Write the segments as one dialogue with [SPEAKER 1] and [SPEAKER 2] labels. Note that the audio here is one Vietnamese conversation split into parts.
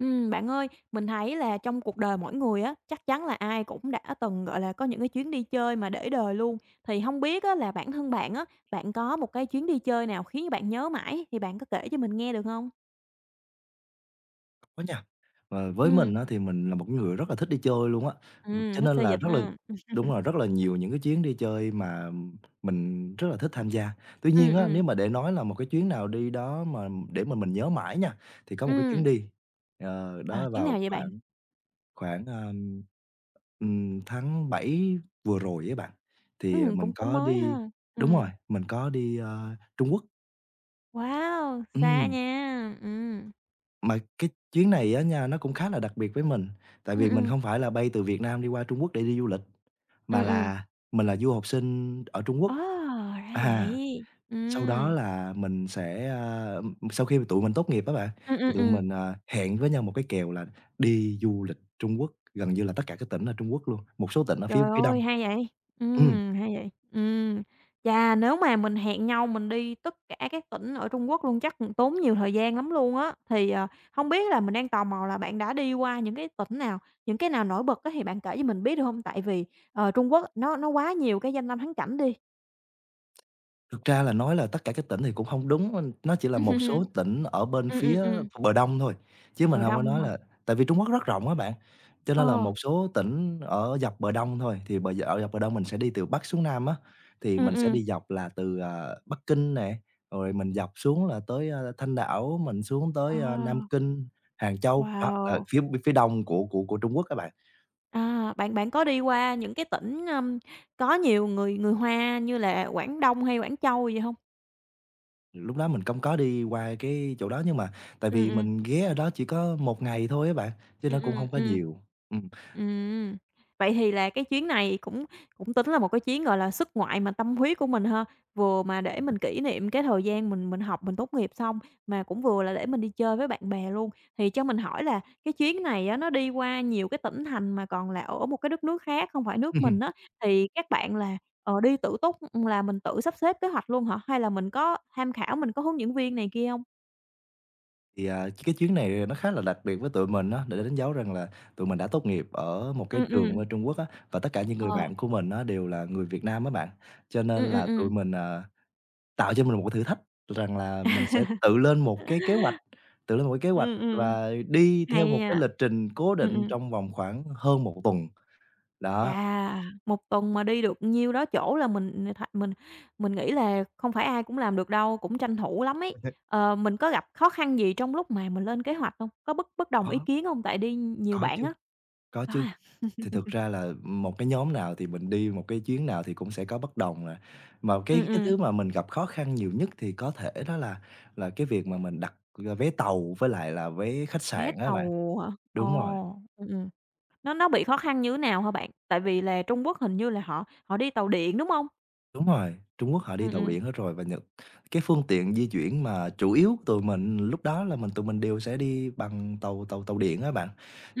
[SPEAKER 1] Bạn ơi, mình thấy là trong cuộc đời mỗi người á, chắc chắn là ai cũng đã từng, gọi là, có những cái chuyến đi chơi mà để đời luôn. Thì không biết á là bản thân bạn á, bạn có một cái chuyến đi chơi nào khiến bạn nhớ mãi thì bạn có kể cho mình nghe được không?
[SPEAKER 2] Có nha. Với
[SPEAKER 1] Ừ,
[SPEAKER 2] mình á, thì mình là một cái người rất là thích đi chơi luôn á, cho
[SPEAKER 1] thích
[SPEAKER 2] nên
[SPEAKER 1] xê
[SPEAKER 2] là
[SPEAKER 1] dịch
[SPEAKER 2] rất là
[SPEAKER 1] ha.
[SPEAKER 2] đúng rồi, rất là nhiều những cái chuyến đi chơi mà mình rất là thích tham gia. Tuy
[SPEAKER 1] Ừ,
[SPEAKER 2] nhiên á,
[SPEAKER 1] ừ.
[SPEAKER 2] nếu mà để nói là một cái chuyến nào đi đó mà để mà mình nhớ mãi nha, thì có một cái
[SPEAKER 1] Ừm.
[SPEAKER 2] chuyến đi,
[SPEAKER 1] Ờ,
[SPEAKER 2] đó
[SPEAKER 1] chuyến
[SPEAKER 2] vào
[SPEAKER 1] nào vậy bạn?
[SPEAKER 2] khoảng khoảng, ờ, tháng 7 vừa rồi á bạn, thì,
[SPEAKER 1] Ừ, cũng
[SPEAKER 2] mình
[SPEAKER 1] cũng
[SPEAKER 2] có
[SPEAKER 1] mới
[SPEAKER 2] đi
[SPEAKER 1] ha. Ừ,
[SPEAKER 2] đúng rồi, mình có đi, Trung Quốc.
[SPEAKER 1] wow, xa
[SPEAKER 2] Ừm.
[SPEAKER 1] nha. Ừ,
[SPEAKER 2] Mà cái chuyến này á nha, nó cũng khá là đặc biệt với mình, tại
[SPEAKER 1] ừ, ừ,
[SPEAKER 2] vì mình
[SPEAKER 1] ừ.
[SPEAKER 2] không phải là bay từ Việt Nam đi qua Trung Quốc để đi du lịch, mà
[SPEAKER 1] Ừm.
[SPEAKER 2] là mình là du học sinh ở Trung Quốc.
[SPEAKER 1] Ồ, ra
[SPEAKER 2] À,
[SPEAKER 1] vậy. Ừ,
[SPEAKER 2] sau đó là mình sẽ, sau khi mà tụi mình tốt nghiệp á bạn,
[SPEAKER 1] ừ, ừ,
[SPEAKER 2] thì tụi
[SPEAKER 1] ừ.
[SPEAKER 2] mình, hẹn với nhau một cái kèo là đi du lịch Trung Quốc, gần như là tất cả các tỉnh ở Trung Quốc luôn, một số tỉnh ở phía
[SPEAKER 1] Trời
[SPEAKER 2] phía Đông.
[SPEAKER 1] ơi, hay vậy!
[SPEAKER 2] Ừm.
[SPEAKER 1] Hay vậy. Chà, nếu mà mình hẹn nhau mình đi tất cả các tỉnh ở Trung Quốc luôn chắc cũng tốn nhiều thời gian lắm luôn á. Thì, hông biết là mình đang tò mò là bạn đã đi qua những cái tỉnh nào, những cái nào nổi bật á, thì bạn kể cho mình biết được hông? Tại vì, Trung Quốc nó quá nhiều cái danh lam thắng cảnh đi.
[SPEAKER 2] Thực ra là nói là tất cả các tỉnh thì cũng không đúng, nó chỉ là một số tỉnh ở bên
[SPEAKER 1] Ừm, ừm,
[SPEAKER 2] phía
[SPEAKER 1] ừm,
[SPEAKER 2] bờ đông thôi, chứ mình
[SPEAKER 1] bờ
[SPEAKER 2] hông có
[SPEAKER 1] đông
[SPEAKER 2] nói
[SPEAKER 1] hả?
[SPEAKER 2] là tại vì Trung Quốc rất rộng á bạn, cho nên là
[SPEAKER 1] Ờ,
[SPEAKER 2] một số tỉnh ở dọc bờ đông thôi, thì bờ d ở dọc bờ đông mình sẽ đi từ Bắc xuống Nam á, thì mình sẽ
[SPEAKER 1] ừm.
[SPEAKER 2] đi dọc là từ, Bắc Kinh nè, rồi mình dọc xuống là tới, Thanh Đảo, mình xuống tới,
[SPEAKER 1] À,
[SPEAKER 2] Nam Kinh, Hàng Châu, đó, là
[SPEAKER 1] wow!
[SPEAKER 2] phía đông của Trung Quốc á bạn.
[SPEAKER 1] À, bạn bạn có đi qua những cái tỉnh, có nhiều người người Hoa như là Quảng Đông hay Quảng Châu gì hông?
[SPEAKER 2] Lúc đó mình không có đi qua cái chỗ đó, nhưng mà tại
[SPEAKER 1] Ừm,
[SPEAKER 2] vì
[SPEAKER 1] ừm.
[SPEAKER 2] mình ghé ở đó chỉ có một ngày thôi á bạn, chứ
[SPEAKER 1] Ừm,
[SPEAKER 2] nó cũng
[SPEAKER 1] ừm,
[SPEAKER 2] không có
[SPEAKER 1] ừm.
[SPEAKER 2] nhiều. Ừm,
[SPEAKER 1] Ừm. Vậy thì là cái chuyến này cũng cũng tính là một cái chuyến, gọi là, xuất ngoại mà tâm huyết của mình ha, vừa mà để mình kỷ niệm cái thời gian mình học, mình tốt nghiệp xong, mà cũng vừa là để mình đi chơi với bạn bè luôn. Thì cho mình hỏi là cái chuyến này á, nó đi qua nhiều cái tỉnh thành mà còn là ở một cái đất nước khác, không phải nước mình á, thì các bạn là, đi tự túc là mình tự sắp xếp kế hoạch luôn hả? Hay là mình có tham khảo, mình có hướng dẫn viên này kia hông?
[SPEAKER 2] thì, cái chuyến này nó khá là đặc biệt với tụi mình á, để đánh dấu rằng là tụi mình đã tốt nghiệp ở một cái
[SPEAKER 1] Ừm,
[SPEAKER 2] trường
[SPEAKER 1] ừm.
[SPEAKER 2] bên Trung Quốc á, và tất cả những người
[SPEAKER 1] Ờ.
[SPEAKER 2] bạn của mình á đều là người Việt Nam á bạn. Cho nên là tụi
[SPEAKER 1] Ừm.
[SPEAKER 2] mình, tạo cho mình một cái thử thách rằng là mình sẽ tự lên một cái kế hoạch, tự lên một cái kế hoạch
[SPEAKER 1] Ừm.
[SPEAKER 2] và đi theo
[SPEAKER 1] Hay
[SPEAKER 2] một cái
[SPEAKER 1] à,
[SPEAKER 2] lịch trình cố
[SPEAKER 1] ừm,
[SPEAKER 2] định
[SPEAKER 1] ừm.
[SPEAKER 2] trong vòng khoảng hơn một tuần. Đó,
[SPEAKER 1] Chà, 1 tuần mà đi được nhiêu đó chỗ là mình mình nghĩ là không phải ai cũng làm được đâu, cũng tranh thủ lắm ấy. Ờ, mình có gặp khó khăn gì trong lúc mà mình lên kế hoạch không? Có bất bất đồng ý
[SPEAKER 2] có
[SPEAKER 1] kiến không? Tại đi nhiều
[SPEAKER 2] có
[SPEAKER 1] bạn
[SPEAKER 2] chứ.
[SPEAKER 1] á.
[SPEAKER 2] Có
[SPEAKER 1] Có
[SPEAKER 2] chứ,
[SPEAKER 1] à?
[SPEAKER 2] thì thực ra là một cái nhóm nào thì mình đi một cái chuyến nào thì cũng sẽ có bất đồng à. Mà cái
[SPEAKER 1] Ừm,
[SPEAKER 2] cái
[SPEAKER 1] ừm,
[SPEAKER 2] thứ mà mình gặp khó khăn nhiều nhất thì có thể đó là cái việc mà mình đặt, vé tàu với lại là vé khách
[SPEAKER 1] vé
[SPEAKER 2] sạn á bạn.
[SPEAKER 1] tàu hả? Ồ,
[SPEAKER 2] Đúng rồi,
[SPEAKER 1] ừm. Nó bị khó khăn như thế nào hả bạn? Tại vì là Trung Quốc hình như là họ họ đi tàu điện, đúng không?
[SPEAKER 2] đúng rồi, Trung Quốc họ
[SPEAKER 1] Ừ,
[SPEAKER 2] đi tàu điện hết rồi và Nhật cái phương tiện di chuyển mà chủ yếu tụi mình lúc đó là tụi mình đều sẽ đi bằng tàu tàu tàu điện á bạn.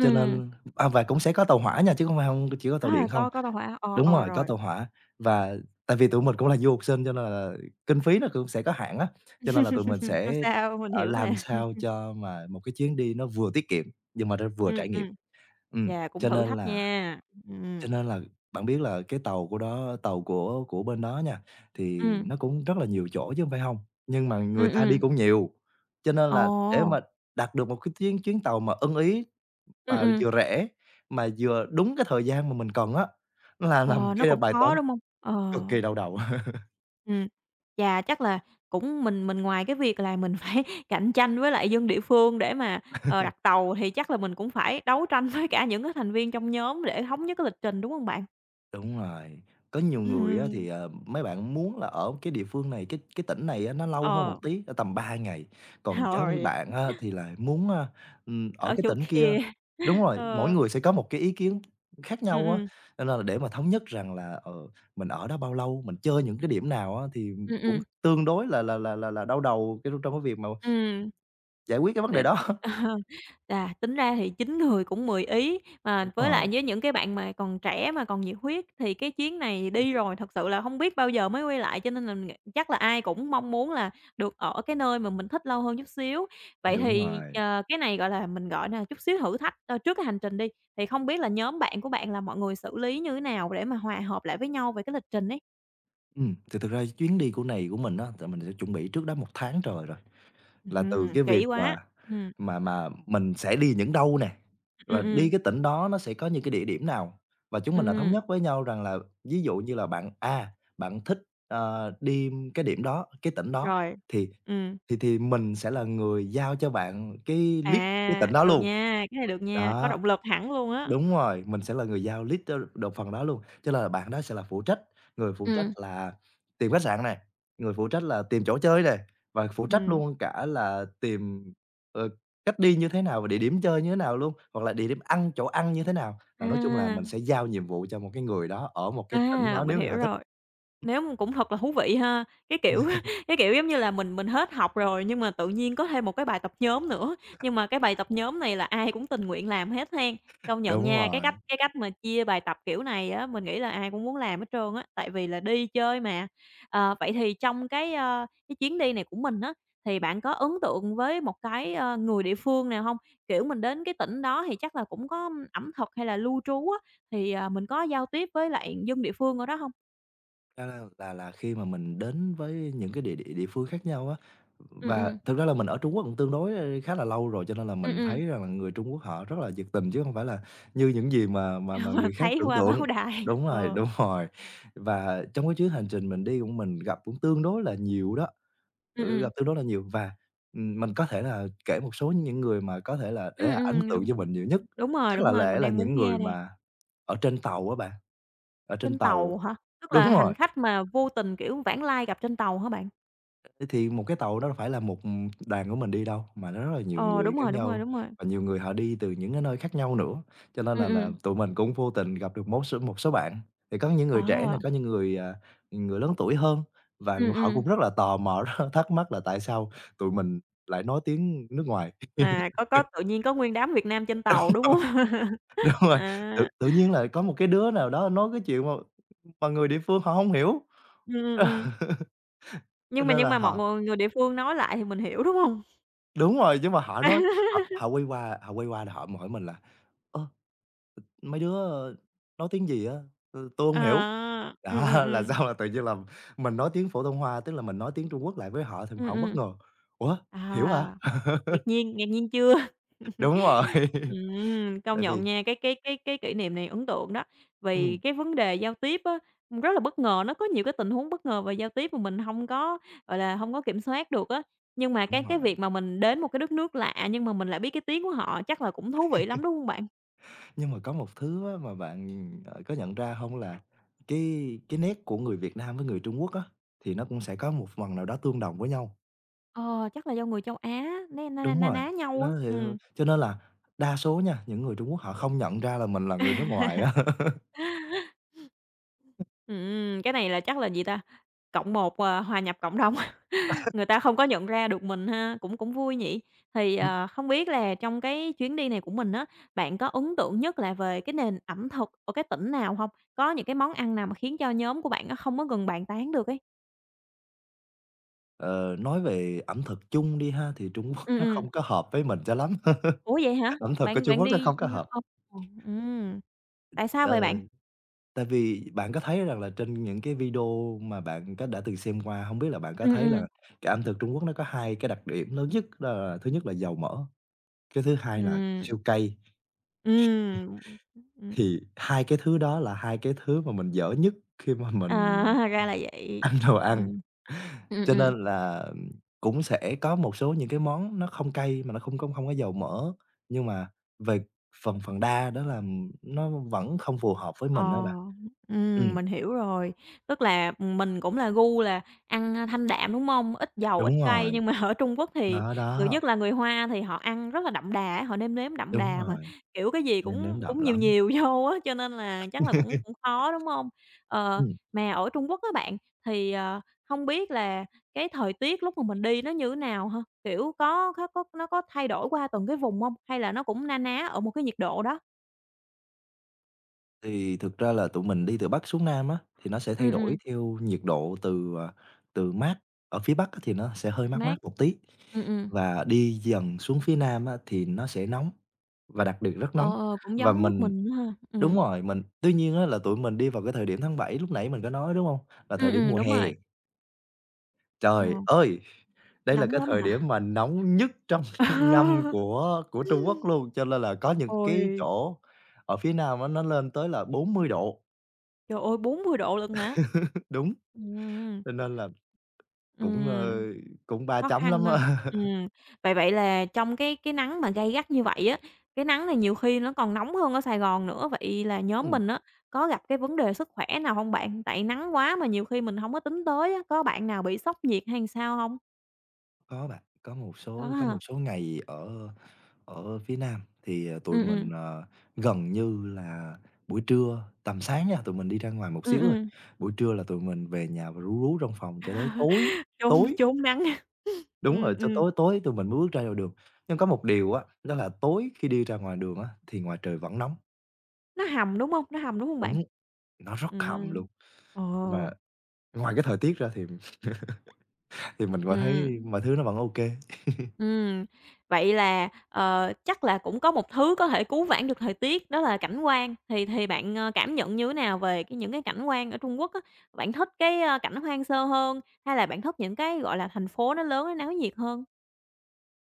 [SPEAKER 2] Cho nên à, và cũng sẽ có tàu hỏa nha chứ không phải không chỉ có tàu
[SPEAKER 1] à,
[SPEAKER 2] điện không.
[SPEAKER 1] có tàu hỏa, ờ,
[SPEAKER 2] Đúng
[SPEAKER 1] ờ,
[SPEAKER 2] rồi, có
[SPEAKER 1] rồi.
[SPEAKER 2] tàu hỏa và tại vì tụi mình cũng là du học sinh cho nên là kinh phí nó cũng sẽ có hạn á, cho nên là tụi mình
[SPEAKER 1] Hông
[SPEAKER 2] sẽ,
[SPEAKER 1] sao, mình hiểu
[SPEAKER 2] làm
[SPEAKER 1] mà.
[SPEAKER 2] sao cho mà một cái chuyến đi nó vừa tiết kiệm nhưng mà nó vừa
[SPEAKER 1] Ừ,
[SPEAKER 2] trải
[SPEAKER 1] ừ.
[SPEAKER 2] nghiệm. Ừm,
[SPEAKER 1] Chà, cũng
[SPEAKER 2] cho
[SPEAKER 1] thử
[SPEAKER 2] nên
[SPEAKER 1] thách
[SPEAKER 2] là
[SPEAKER 1] nha.
[SPEAKER 2] cho
[SPEAKER 1] Ừm.
[SPEAKER 2] nên là bạn biết là cái tàu của đó tàu của bên đó nha, thì
[SPEAKER 1] Ừm,
[SPEAKER 2] nó cũng rất là nhiều chỗ chứ hông phải hông, nhưng mà người
[SPEAKER 1] ừm,
[SPEAKER 2] ta đi
[SPEAKER 1] ừm.
[SPEAKER 2] cũng nhiều, cho nên là để
[SPEAKER 1] Ồ!
[SPEAKER 2] mà đặt được một cái chuyến chuyến tàu mà ưng ý,
[SPEAKER 1] Ừm,
[SPEAKER 2] mà
[SPEAKER 1] ừm.
[SPEAKER 2] vừa rẻ, mà vừa đúng cái thời gian mà mình cần á, nó là một
[SPEAKER 1] Ờ, nó
[SPEAKER 2] cái
[SPEAKER 1] cũng
[SPEAKER 2] bài
[SPEAKER 1] khó,
[SPEAKER 2] toán
[SPEAKER 1] đúng hông? Ờ.
[SPEAKER 2] cực kỳ đau đầu.
[SPEAKER 1] Ừm, chà, chắc là cũng mình ngoài cái việc là mình phải cạnh tranh với lại dân địa phương để mà, đặt tàu thì chắc là mình cũng phải đấu tranh với cả những cái thành viên trong nhóm để thống nhất cái lịch trình, đúng hông bạn?
[SPEAKER 2] Đúng rồi, có nhiều người á
[SPEAKER 1] Ừm,
[SPEAKER 2] thì, mấy bạn muốn là ở cái địa phương này, cái tỉnh này á nó lâu hơn một
[SPEAKER 1] ờ,
[SPEAKER 2] tí, tầm 3 ngày, còn có mấy
[SPEAKER 1] rồi,
[SPEAKER 2] bạn á thì lại muốn, ở
[SPEAKER 1] ở
[SPEAKER 2] cái
[SPEAKER 1] chỗ
[SPEAKER 2] tỉnh kia
[SPEAKER 1] kia.
[SPEAKER 2] đúng rồi, mỗi
[SPEAKER 1] Ờ,
[SPEAKER 2] người sẽ có một cái ý kiến khác nhau á,
[SPEAKER 1] ừm.
[SPEAKER 2] cho nên là để mà thống nhất rằng là, mình ở đó bao lâu, mình chơi những cái điểm nào á thì
[SPEAKER 1] Ừm,
[SPEAKER 2] cũng
[SPEAKER 1] ừm,
[SPEAKER 2] tương đối là đau đầu cái trong cái việc mà
[SPEAKER 1] ừm.
[SPEAKER 2] giải quyết cái vấn
[SPEAKER 1] Đ
[SPEAKER 2] đề đó.
[SPEAKER 1] à, tính ra thì 9 người cũng 10 ý,
[SPEAKER 2] Đúng
[SPEAKER 1] mà với lại
[SPEAKER 2] rồi,
[SPEAKER 1] với những cái bạn mà còn trẻ mà còn nhiệt huyết thì cái chuyến này đi rồi thật sự là hông biết bao giờ mới quay lại, cho nên là mình nghĩ chắc là ai cũng mong muốn là được ở cái nơi mà mình thích lâu hơn chút xíu. Vậy
[SPEAKER 2] đúng
[SPEAKER 1] thì,
[SPEAKER 2] rồi.
[SPEAKER 1] cái này, gọi là, mình gọi là chút xíu thử thách, trước cái hành trình đi, thì không biết là nhóm bạn của bạn là mọi người xử lý như thế nào để mà hòa hợp lại với nhau về cái lịch trình ấy?
[SPEAKER 2] Thì thực ra chuyến đi của này của mình á, thì mình sẽ chuẩn bị trước đó một tháng trời rồi. Là từ cái việc
[SPEAKER 1] Kỹ
[SPEAKER 2] mà
[SPEAKER 1] quá. Ừm,
[SPEAKER 2] mình sẽ đi những đâu nè,
[SPEAKER 1] ừm,
[SPEAKER 2] và đi
[SPEAKER 1] ừm,
[SPEAKER 2] cái tỉnh đó nó sẽ có những cái địa điểm nào, và chúng mình đã thống
[SPEAKER 1] ừm,
[SPEAKER 2] nhất với nhau rằng là ví dụ như là bạn A, bạn thích, đi cái điểm đó, cái tỉnh đó,
[SPEAKER 1] rồi,
[SPEAKER 2] thì
[SPEAKER 1] ừm.
[SPEAKER 2] mình sẽ là người giao cho bạn cái list cái tỉnh
[SPEAKER 1] À,
[SPEAKER 2] đó
[SPEAKER 1] được
[SPEAKER 2] luôn.
[SPEAKER 1] nha, cái này được nha, có
[SPEAKER 2] Đó.
[SPEAKER 1] động lực hẳn luôn á.
[SPEAKER 2] Đúng rồi, mình sẽ là người giao lead cho được phần đó luôn, cho nên là bạn đó sẽ là phụ trách, người phụ trách
[SPEAKER 1] Ừm.
[SPEAKER 2] là tìm khách sạn nè, người phụ trách là tìm chỗ chơi nè, và phụ trách
[SPEAKER 1] Ừm.
[SPEAKER 2] luôn cả là tìm, ờ, cách đi như thế nào và địa điểm chơi như thế nào luôn, hoặc là địa điểm ăn, chỗ ăn như thế nào. Là nói chung là
[SPEAKER 1] À,
[SPEAKER 2] mình sẽ giao nhiệm vụ cho một cái người đó ở một cái tỉnh
[SPEAKER 1] à,
[SPEAKER 2] đó
[SPEAKER 1] mình
[SPEAKER 2] nếu như
[SPEAKER 1] hiểu
[SPEAKER 2] họ thích.
[SPEAKER 1] rồi. Nếu mà cũng thật là thú vị ha. Cái kiểu cái kiểu, giống như là, mình hết học rồi nhưng mà tự nhiên có thêm một cái bài tập nhóm nữa, nhưng mà cái bài tập nhóm này là ai cũng tình nguyện làm hết hen. Công nhận
[SPEAKER 2] Đúng
[SPEAKER 1] nha, cái
[SPEAKER 2] rồi.
[SPEAKER 1] cách cái cách mà chia bài tập kiểu này á, mình nghĩ là ai cũng muốn làm hết trơn á, tại vì là đi chơi mà. Ờ, vậy thì trong cái, cái chuyến đi này của mình á, thì bạn có ấn tượng với một cái, người địa phương nào không? Kiểu, mình đến cái tỉnh đó thì chắc là cũng có ẩm thực hay là lưu trú á, thì, mình có giao tiếp với lại dân địa phương ở đó không?
[SPEAKER 2] Ra là khi mà mình đến với những cái địa địa địa phương khác nhau á,
[SPEAKER 1] Ừm,
[SPEAKER 2] và
[SPEAKER 1] ừm.
[SPEAKER 2] thực ra là mình ở Trung Quốc cũng tương đối, khá là lâu rồi, cho nên là
[SPEAKER 1] Ừm,
[SPEAKER 2] mình
[SPEAKER 1] ừm.
[SPEAKER 2] thấy rằng là người Trung Quốc họ rất là nhiệt tình chứ không phải là như những gì mà
[SPEAKER 1] Ờ,
[SPEAKER 2] người khác
[SPEAKER 1] thấy
[SPEAKER 2] tưởng
[SPEAKER 1] qua
[SPEAKER 2] tượng.
[SPEAKER 1] báo đài,
[SPEAKER 2] Đúng rồi,
[SPEAKER 1] ờ.
[SPEAKER 2] đúng rồi. Và trong cái chuyến hành trình mình đi của mình gặp cũng tương đối là nhiều đó,
[SPEAKER 1] Ừm,
[SPEAKER 2] ừ, gặp
[SPEAKER 1] ừm.
[SPEAKER 2] tương đối là nhiều và, mình có thể là kể một số những người mà có thể là để là ấn tượng cho
[SPEAKER 1] Đúng,
[SPEAKER 2] mình nhiều nhất, chắc
[SPEAKER 1] đúng
[SPEAKER 2] là
[SPEAKER 1] rồi,
[SPEAKER 2] lẽ
[SPEAKER 1] mình
[SPEAKER 2] là
[SPEAKER 1] đang muốn
[SPEAKER 2] những
[SPEAKER 1] nghe
[SPEAKER 2] người
[SPEAKER 1] đây.
[SPEAKER 2] mà ở trên tàu á bạn, ở trên
[SPEAKER 1] Trên
[SPEAKER 2] tàu
[SPEAKER 1] tàu hả? Tức
[SPEAKER 2] đúng
[SPEAKER 1] là
[SPEAKER 2] rồi.
[SPEAKER 1] hành khách mà vô tình, kiểu, vãng lai gặp trên tàu hả bạn?
[SPEAKER 2] Thế thì một cái tàu đó phải là một, đoàn của mình đi đâu, mà nó rất là nhiều
[SPEAKER 1] Ờ,
[SPEAKER 2] người
[SPEAKER 1] đúng
[SPEAKER 2] khác
[SPEAKER 1] rồi, đúng rồi,
[SPEAKER 2] nhau,
[SPEAKER 1] đúng rồi.
[SPEAKER 2] và nhiều người họ đi từ những cái nơi khác nhau nữa, cho nên
[SPEAKER 1] Ừm,
[SPEAKER 2] là
[SPEAKER 1] ừm.
[SPEAKER 2] tụi mình cũng vô tình gặp được một số bạn. Thì có những người trẻ
[SPEAKER 1] Ờ.
[SPEAKER 2] này có những người, người lớn tuổi hơn và người họ
[SPEAKER 1] Ừm.
[SPEAKER 2] cũng rất là tò mò, rất là thắc mắc là tại sao tụi mình lại nói tiếng nước ngoài.
[SPEAKER 1] À, có tự nhiên có nguyên đám Việt Nam trên tàu, đúng hông?
[SPEAKER 2] Đúng rồi,
[SPEAKER 1] À,
[SPEAKER 2] tự tự nhiên là có một cái đứa nào đó nói cái chuyện mà người địa phương họ không hiểu,
[SPEAKER 1] ừm.
[SPEAKER 2] cho
[SPEAKER 1] Nhưng mà
[SPEAKER 2] nên là
[SPEAKER 1] mọi
[SPEAKER 2] họ
[SPEAKER 1] người người địa phương nói lại thì mình hiểu, đúng hông?
[SPEAKER 2] đúng rồi, nhưng mà họ
[SPEAKER 1] À,
[SPEAKER 2] nói họ họ quay qua là họ hỏi mình là "Ơ, mấy đứa nói tiếng gì á, ừ, tôi không hiểu." Đó, là
[SPEAKER 1] ừm.
[SPEAKER 2] sao là tự nhiên là mình nói tiếng phổ thông hoa tức là mình nói tiếng Trung Quốc lại với họ thì họ
[SPEAKER 1] Ừm,
[SPEAKER 2] không bất
[SPEAKER 1] ừm.
[SPEAKER 2] ngờ. "Ủa, hiểu hả?"
[SPEAKER 1] À, ngạc nhiên chưa?
[SPEAKER 2] Đúng rồi,
[SPEAKER 1] Công
[SPEAKER 2] tại
[SPEAKER 1] nhận
[SPEAKER 2] vì
[SPEAKER 1] nha, cái kỷ niệm này ấn tượng đó, vì
[SPEAKER 2] ừm,
[SPEAKER 1] cái vấn đề giao tiếp á, rất là bất ngờ, nó có nhiều cái tình huống bất ngờ về giao tiếp mà mình hông có, gọi là, hông có kiểm soát được á. Nhưng mà cái
[SPEAKER 2] đúng
[SPEAKER 1] cái
[SPEAKER 2] rồi.
[SPEAKER 1] việc mà mình đến một cái đất nước lạ nhưng mà mình lại biết cái tiếng của họ chắc là cũng thú vị lắm, đúng hông bạn?
[SPEAKER 2] Nhưng mà có một thứ á mà bạn, có nhận ra không là cái nét của người Việt Nam với người Trung Quốc á, thì nó cũng sẽ có một phần nào đó tương đồng với nhau.
[SPEAKER 1] Ờ, chắc là do người châu Á né na na
[SPEAKER 2] Đúng
[SPEAKER 1] na
[SPEAKER 2] rồi,
[SPEAKER 1] ná nhau á,
[SPEAKER 2] nó thì
[SPEAKER 1] ừm.
[SPEAKER 2] cho nên là đa số nha, những người Trung Quốc họ không nhận ra là mình là người nước ngoài á.
[SPEAKER 1] Cái này là chắc là gì ta? Cộng một, à, hòa nhập cộng đồng. Người ta không có nhận ra được mình ha, cũng cũng vui nhỉ? Thì, không biết là trong cái chuyến đi này của mình á, bạn có ấn tượng nhất là về cái nền ẩm thực ở cái tỉnh nào không? Có những cái món ăn nào mà khiến cho nhóm của bạn nó không có gần bàn tán được ấy?
[SPEAKER 2] Ờ, nói về ẩm thực chung đi ha, thì Trung Quốc
[SPEAKER 1] Ừm,
[SPEAKER 2] nó
[SPEAKER 1] ừm.
[SPEAKER 2] không có hợp với mình cho lắm,
[SPEAKER 1] Ủa, vậy hả?
[SPEAKER 2] ẩm thực của
[SPEAKER 1] Bạn
[SPEAKER 2] Trung
[SPEAKER 1] bạn
[SPEAKER 2] Quốc nó
[SPEAKER 1] đi
[SPEAKER 2] không có hợp.
[SPEAKER 1] ờ, ừm, tại sao
[SPEAKER 2] Ờ,
[SPEAKER 1] vậy bạn?
[SPEAKER 2] tại vì bạn có thấy rằng là trên những cái video mà bạn có đã từng xem qua, không biết là bạn có
[SPEAKER 1] Ừm,
[SPEAKER 2] thấy
[SPEAKER 1] ừm,
[SPEAKER 2] là cái ẩm thực Trung Quốc nó có hai cái đặc điểm lớn nhất đó là thứ nhất là dầu mỡ, cái thứ hai là
[SPEAKER 1] ừm,
[SPEAKER 2] siêu cay,
[SPEAKER 1] ừm, ừm.
[SPEAKER 2] thì hai cái thứ đó là hai cái thứ mà mình dở nhất khi mà
[SPEAKER 1] À,
[SPEAKER 2] mình
[SPEAKER 1] ra là vậy.
[SPEAKER 2] ăn đồ ăn.
[SPEAKER 1] Ừm, ừm,
[SPEAKER 2] Cho
[SPEAKER 1] ừm.
[SPEAKER 2] nên là, cũng sẽ có một số những cái món nó không cay mà nó không có dầu mỡ, nhưng mà về phần phần đa đó là nó vẫn không phù hợp với
[SPEAKER 1] Ờ,
[SPEAKER 2] mình á bạn. Ừm,
[SPEAKER 1] mình hiểu rồi. Tức là, mình cũng là gu là ăn, thanh đạm, đúng không? Ít dầu, ít
[SPEAKER 2] đúng
[SPEAKER 1] cay,
[SPEAKER 2] rồi,
[SPEAKER 1] nhưng mà ở Trung Quốc thì
[SPEAKER 2] nó
[SPEAKER 1] người
[SPEAKER 2] đó,
[SPEAKER 1] nhất là người Hoa thì họ ăn rất là đậm đà á, họ nêm nếm đậm
[SPEAKER 2] đúng
[SPEAKER 1] đà mà,
[SPEAKER 2] rồi,
[SPEAKER 1] kiểu, cái gì
[SPEAKER 2] nêm
[SPEAKER 1] cũng
[SPEAKER 2] nếm đậm
[SPEAKER 1] cũng nhiều
[SPEAKER 2] lắm.
[SPEAKER 1] nhiều vô á, cho nên là chắc là cũng cũng khó, đúng không? Ờ,
[SPEAKER 2] Ừm,
[SPEAKER 1] mà ở Trung Quốc các bạn, thì, hông biết là cái thời tiết lúc mà mình đi nó như thế nào hả? Kiểu, có nó có thay đổi qua từng cái vùng không? Hay là nó cũng na ná ở một cái nhiệt độ đó?
[SPEAKER 2] thì thực ra là tụi mình đi từ Bắc xuống Nam á, thì nó sẽ thay
[SPEAKER 1] Ừ,
[SPEAKER 2] đổi
[SPEAKER 1] ừ
[SPEAKER 2] theo nhiệt độ từ mát ở phía Bắc á thì nó sẽ hơi mát mát
[SPEAKER 1] mát.
[SPEAKER 2] một tí,
[SPEAKER 1] Ừ, ừ.
[SPEAKER 2] và đi dần xuống phía Nam á thì nó sẽ nóng, và đặc biệt rất
[SPEAKER 1] Ờ,
[SPEAKER 2] nóng.
[SPEAKER 1] ờ, cũng
[SPEAKER 2] Và
[SPEAKER 1] giống nước
[SPEAKER 2] mình
[SPEAKER 1] mình nữa ha.
[SPEAKER 2] Đúng
[SPEAKER 1] Ừm.
[SPEAKER 2] rồi, mình tuy nhiên á là tụi mình đi vào cái thời điểm tháng 7 lúc nãy mình có nói, đúng hông? Là thời điểm mùa
[SPEAKER 1] Đúng
[SPEAKER 2] hè.
[SPEAKER 1] rồi. Ờ,
[SPEAKER 2] Trời ơi! Đây là
[SPEAKER 1] nóng
[SPEAKER 2] cái
[SPEAKER 1] lắm
[SPEAKER 2] thời điểm
[SPEAKER 1] hả?
[SPEAKER 2] mà nóng nhất trong năm của Trung Quốc luôn, cho nên là có những cái
[SPEAKER 1] Ôi,
[SPEAKER 2] chỗ ở phía Nam á, nó lên tới là 40 độ,
[SPEAKER 1] trời ơi, 40 độ lận hả?
[SPEAKER 2] đúng,
[SPEAKER 1] Ừm.
[SPEAKER 2] cho nên là cũng, ơ,
[SPEAKER 1] Ừm,
[SPEAKER 2] cũng ba
[SPEAKER 1] khó
[SPEAKER 2] chấm lắm
[SPEAKER 1] khăn ha.
[SPEAKER 2] á.
[SPEAKER 1] Ừm, vậy vậy là trong cái nắng mà gay gắt như vậy á, cái nắng này nhiều khi nó còn nóng hơn ở Sài Gòn nữa, vậy là nhóm
[SPEAKER 2] Ừm,
[SPEAKER 1] mình á, có gặp cái vấn đề sức khỏe nào hông bạn? Tại nắng quá mà nhiều khi mình hổng có tính tới á, có bạn nào bị sốc nhiệt hay sao hông?
[SPEAKER 2] có bạn,
[SPEAKER 1] Có
[SPEAKER 2] có
[SPEAKER 1] ha.
[SPEAKER 2] một số ngày ở ở phía Nam thì, ờ, tụi
[SPEAKER 1] Ừm, ừm.
[SPEAKER 2] mình, ờ, gần như là buổi trưa tầm sáng nha, tụi mình đi ra ngoài một
[SPEAKER 1] Ừm,
[SPEAKER 2] xíu rồi
[SPEAKER 1] ừm,
[SPEAKER 2] buổi trưa là tụi mình về nhà và rú rú trong phòng cho tới tối,
[SPEAKER 1] trốn
[SPEAKER 2] tối
[SPEAKER 1] trốn nắng.
[SPEAKER 2] đúng rồi,
[SPEAKER 1] Ừm,
[SPEAKER 2] cho
[SPEAKER 1] ừm,
[SPEAKER 2] tối tối tụi mình mới bước ra ngoài đường. Nhưng có một điều á, đó là tối khi đi ra ngoài đường á, thì ngoài trời vẫn nóng,
[SPEAKER 1] nó hầm, đúng hông? Nó hầm, đúng hông bạn?
[SPEAKER 2] đúng, nó rất hầm
[SPEAKER 1] Ừm.
[SPEAKER 2] luôn,
[SPEAKER 1] Ờ.
[SPEAKER 2] mà ngoài cái thời tiết ra thì thì mình vẫn thấy
[SPEAKER 1] Ừm,
[SPEAKER 2] mọi thứ nó vẫn OK.
[SPEAKER 1] ừm. Vậy là, chắc là cũng có một thứ có thể cứu vãn được thời tiết đó là cảnh quan, thì bạn, cảm nhận như thế nào về cái những cái cảnh quan ở Trung Quốc á? Bạn thích cái, cảnh hoang sơ hơn, hay là bạn thích những cái, gọi là, thành phố nó lớn, nó náo nhiệt hơn?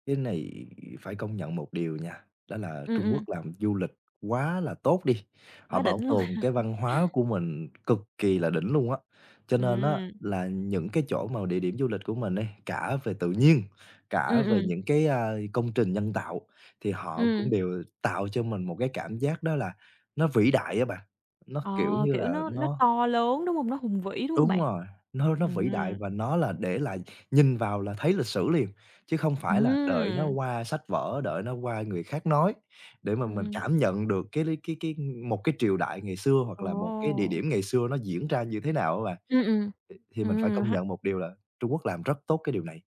[SPEAKER 2] Cái này phải công nhận một điều nha, đó là
[SPEAKER 1] Ừm,
[SPEAKER 2] Trung Quốc
[SPEAKER 1] ừm,
[SPEAKER 2] làm du lịch quá là tốt đi, họ
[SPEAKER 1] quá
[SPEAKER 2] bảo
[SPEAKER 1] đỉnh luôn.
[SPEAKER 2] tồn cái văn hóa của mình cực kỳ là đỉnh luôn á. Cho nên á
[SPEAKER 1] Ừm,
[SPEAKER 2] là những cái chỗ mà địa điểm du lịch của mình đi, cả về tự nhiên, cả
[SPEAKER 1] ừm,
[SPEAKER 2] về
[SPEAKER 1] ừm,
[SPEAKER 2] những công trình nhân tạo thì họ cũng
[SPEAKER 1] ừm.
[SPEAKER 2] đều tạo cho mình một cái cảm giác đó là nó vĩ đại á bạn, nó, kiểu
[SPEAKER 1] Ờ,
[SPEAKER 2] như
[SPEAKER 1] kiểu,
[SPEAKER 2] là,
[SPEAKER 1] nó to lớn, đúng hông? Nó hùng vĩ, đúng hông
[SPEAKER 2] Đúng
[SPEAKER 1] bạn?
[SPEAKER 2] rồi, nó vĩ đại
[SPEAKER 1] Ừm.
[SPEAKER 2] và nó là để lại nhìn vào là thấy lịch sử liền, chứ không phải là đợi nó
[SPEAKER 1] Ừm,
[SPEAKER 2] qua sách vở, đợi nó qua người khác nói để mà mình
[SPEAKER 1] ừm.
[SPEAKER 2] cảm nhận được cái lý cái một cái triều đại ngày xưa hoặc
[SPEAKER 1] Ồ.
[SPEAKER 2] là một cái địa điểm ngày xưa nó diễn ra như thế nào á bạn.
[SPEAKER 1] Ừm, ừm.
[SPEAKER 2] Thì mình phải công
[SPEAKER 1] Ha
[SPEAKER 2] nhận một điều là Trung Quốc làm rất tốt cái điều này.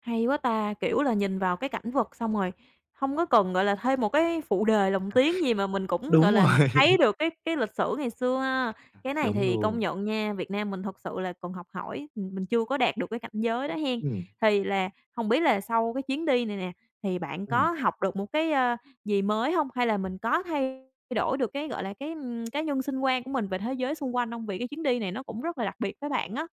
[SPEAKER 1] hay quá ta! Kiểu là, nhìn vào cái cảnh vật xong rồi không có cần, gọi là, thêm một cái phụ đề lồng tiếng gì mà mình cũng, gọi
[SPEAKER 2] Đúng
[SPEAKER 1] là, ng
[SPEAKER 2] rồi,
[SPEAKER 1] thấy được cái lịch sử ngày xưa ha. Cái này
[SPEAKER 2] đúng
[SPEAKER 1] thì công
[SPEAKER 2] luôn.
[SPEAKER 1] nhận nha, Việt Nam mình thật sự là còn học hỏi, mình chưa có đạt được cái cảnh giới đó hen.
[SPEAKER 2] Ừm,
[SPEAKER 1] Thì là không biết là sau cái chuyến đi này nè, thì bạn
[SPEAKER 2] ừm.
[SPEAKER 1] có học được một cái, gì mới không? Hay là mình có thay đổi được cái, gọi là, cái nhân sinh quan của mình về thế giới xung quanh không? Vì cái chuyến đi này nó cũng rất là đặc biệt với bạn á.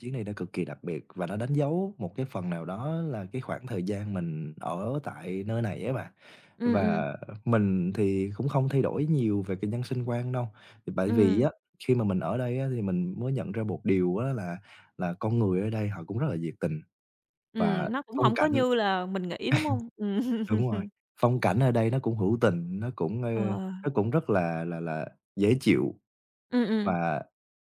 [SPEAKER 2] Chuyến này nó cực kỳ đặc biệt và nó đánh dấu một cái phần nào đó là cái khoảng thời gian mình ở tại nơi này á bạn.
[SPEAKER 1] Ừm, ừm,
[SPEAKER 2] Và mình thì cũng không thay đổi nhiều về cái nhân sinh quan đâu, thì bởi vì
[SPEAKER 1] ừm,
[SPEAKER 2] á, khi mà mình ở đây á, thì mình mới nhận ra một điều á là con người ở đây họ cũng rất là nhiệt tình và
[SPEAKER 1] nó cũng
[SPEAKER 2] phong
[SPEAKER 1] hổng có
[SPEAKER 2] cảnh
[SPEAKER 1] như là mình nghĩ, đúng hông?
[SPEAKER 2] đúng rồi,
[SPEAKER 1] Ừm.
[SPEAKER 2] phong cảnh ở đây nó cũng hữu tình,
[SPEAKER 1] Ờ, ờ.
[SPEAKER 2] nó cũng rất là dễ chịu.
[SPEAKER 1] Ừm, ừm.
[SPEAKER 2] Và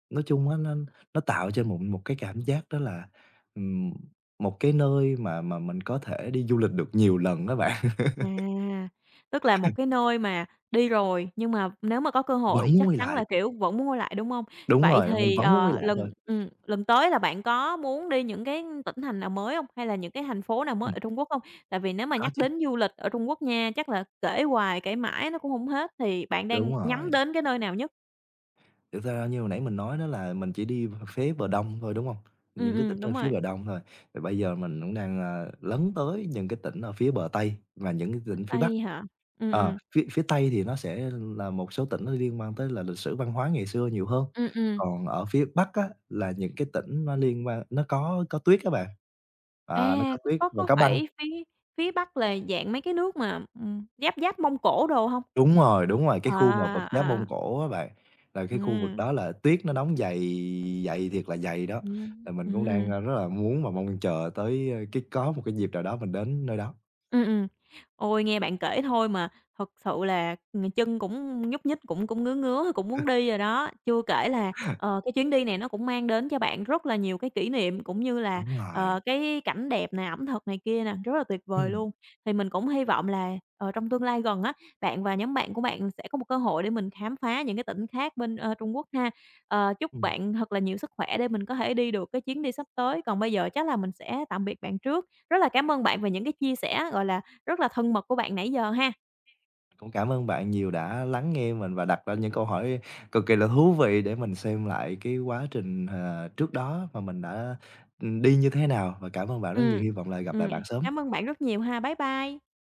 [SPEAKER 2] nói chung á, nó tạo cho mình một cái cảm giác đó là, ừm, một cái nơi mà mình có thể đi du lịch được nhiều lần á bạn,
[SPEAKER 1] À, tức là một cái nơi mà đi rồi, nhưng mà nếu mà có cơ
[SPEAKER 2] vẫn
[SPEAKER 1] hội
[SPEAKER 2] muốn
[SPEAKER 1] chắc
[SPEAKER 2] quay
[SPEAKER 1] chắn là,
[SPEAKER 2] lại.
[SPEAKER 1] kiểu, vẫn muốn quay lại, đúng hông?
[SPEAKER 2] Đúng
[SPEAKER 1] Vậy
[SPEAKER 2] rồi, mình
[SPEAKER 1] thì,
[SPEAKER 2] vẫn muốn quay lại
[SPEAKER 1] lần
[SPEAKER 2] thôi.
[SPEAKER 1] lần tới là bạn có muốn đi những cái tỉnh thành nào mới hông? Hay là những cái thành phố nào mới
[SPEAKER 2] Ừ.
[SPEAKER 1] ở Trung Quốc hông? Tại vì nếu mà
[SPEAKER 2] Có
[SPEAKER 1] nhắc
[SPEAKER 2] chứ,
[SPEAKER 1] đến du lịch ở Trung Quốc nha, chắc là kể hoài kể mãi nó cũng hông hết, thì bạn đang
[SPEAKER 2] đúng
[SPEAKER 1] nhắm
[SPEAKER 2] rồi.
[SPEAKER 1] đến cái nơi nào nhất?
[SPEAKER 2] Thực ra như hồi nãy mình nói đó là mình chỉ đi phía bờ đông thôi, đúng hông? Những cái tỉnh
[SPEAKER 1] Đúng
[SPEAKER 2] ở phía
[SPEAKER 1] rồi,
[SPEAKER 2] bờ đông thôi. Thì bây giờ mình cũng đang lấn tới những cái tỉnh ở phía bờ Tây và những cái
[SPEAKER 1] ở
[SPEAKER 2] tỉnh phía Bắc.
[SPEAKER 1] Tây hả? Ừm,
[SPEAKER 2] Ờ,
[SPEAKER 1] ừm.
[SPEAKER 2] phía phía Tây thì nó sẽ là một số tỉnh nó liên quan tới là lịch sử văn hóa ngày xưa nhiều hơn,
[SPEAKER 1] Ừm, ừm.
[SPEAKER 2] còn ở phía Bắc á là những cái tỉnh nó liên quan nó có tuyết á bạn. À, nó
[SPEAKER 1] À,
[SPEAKER 2] có
[SPEAKER 1] có
[SPEAKER 2] tuyết
[SPEAKER 1] có
[SPEAKER 2] và
[SPEAKER 1] có
[SPEAKER 2] có băng.
[SPEAKER 1] phải phía phía Bắc là dạng mấy cái nước mà, giáp giáp Mông Cổ đồ hông?
[SPEAKER 2] Đúng rồi, cái
[SPEAKER 1] À,
[SPEAKER 2] khu mà vật giá
[SPEAKER 1] à, à,
[SPEAKER 2] Mông Cổ á bạn, là cái khu vực
[SPEAKER 1] ừm,
[SPEAKER 2] đó là tuyết nó đóng dày dày thiệt là dày đó, là mình cũng đang,
[SPEAKER 1] ừm.
[SPEAKER 2] a, rất là muốn và mong chờ tới, ơ, cái có một cái dịp nào đó mình đến nơi đó.
[SPEAKER 1] Ừ, ừ, ôi, nghe bạn kể thôi mà thật sự là, ừ, chân cũng nhúc nhích, cũng cũng ngứa ngứa, cũng muốn đi rồi đó. Chưa kể là, cái chuyến đi này nó cũng mang đến cho bạn rất là nhiều cái kỷ niệm, cũng như là,
[SPEAKER 2] Đúng rồi,
[SPEAKER 1] cái cảnh đẹp nè, ẩm thực này kia nè, rất là tuyệt vời
[SPEAKER 2] ừm,
[SPEAKER 1] luôn. Thì mình cũng hy vọng là, trong tương lai gần á, bạn và nhóm bạn của bạn sẽ có một cơ hội để mình khám phá những cái tỉnh khác bên, Trung Quốc ha. Ờ, chúc
[SPEAKER 2] ừm,
[SPEAKER 1] bạn thật là nhiều sức khỏe để mình có thể đi được cái chuyến đi sắp tới. Còn bây giờ chắc là mình sẽ tạm biệt bạn trước. Rất là cảm ơn bạn về những cái chia sẻ, gọi là, rất là thân mật của bạn nãy giờ ha.
[SPEAKER 2] cũng cảm ơn bạn nhiều đã lắng nghe mình và đặt ra những câu hỏi cực kỳ là thú vị để mình xem lại cái quá trình, trước đó mà mình đã đi như thế nào và cảm ơn bạn rất nhiều,
[SPEAKER 1] Ừm,
[SPEAKER 2] hy vọng là gặp lại
[SPEAKER 1] ừm,
[SPEAKER 2] bạn
[SPEAKER 1] cảm
[SPEAKER 2] sớm.
[SPEAKER 1] ơn bạn rất nhiều ha. Bye bye.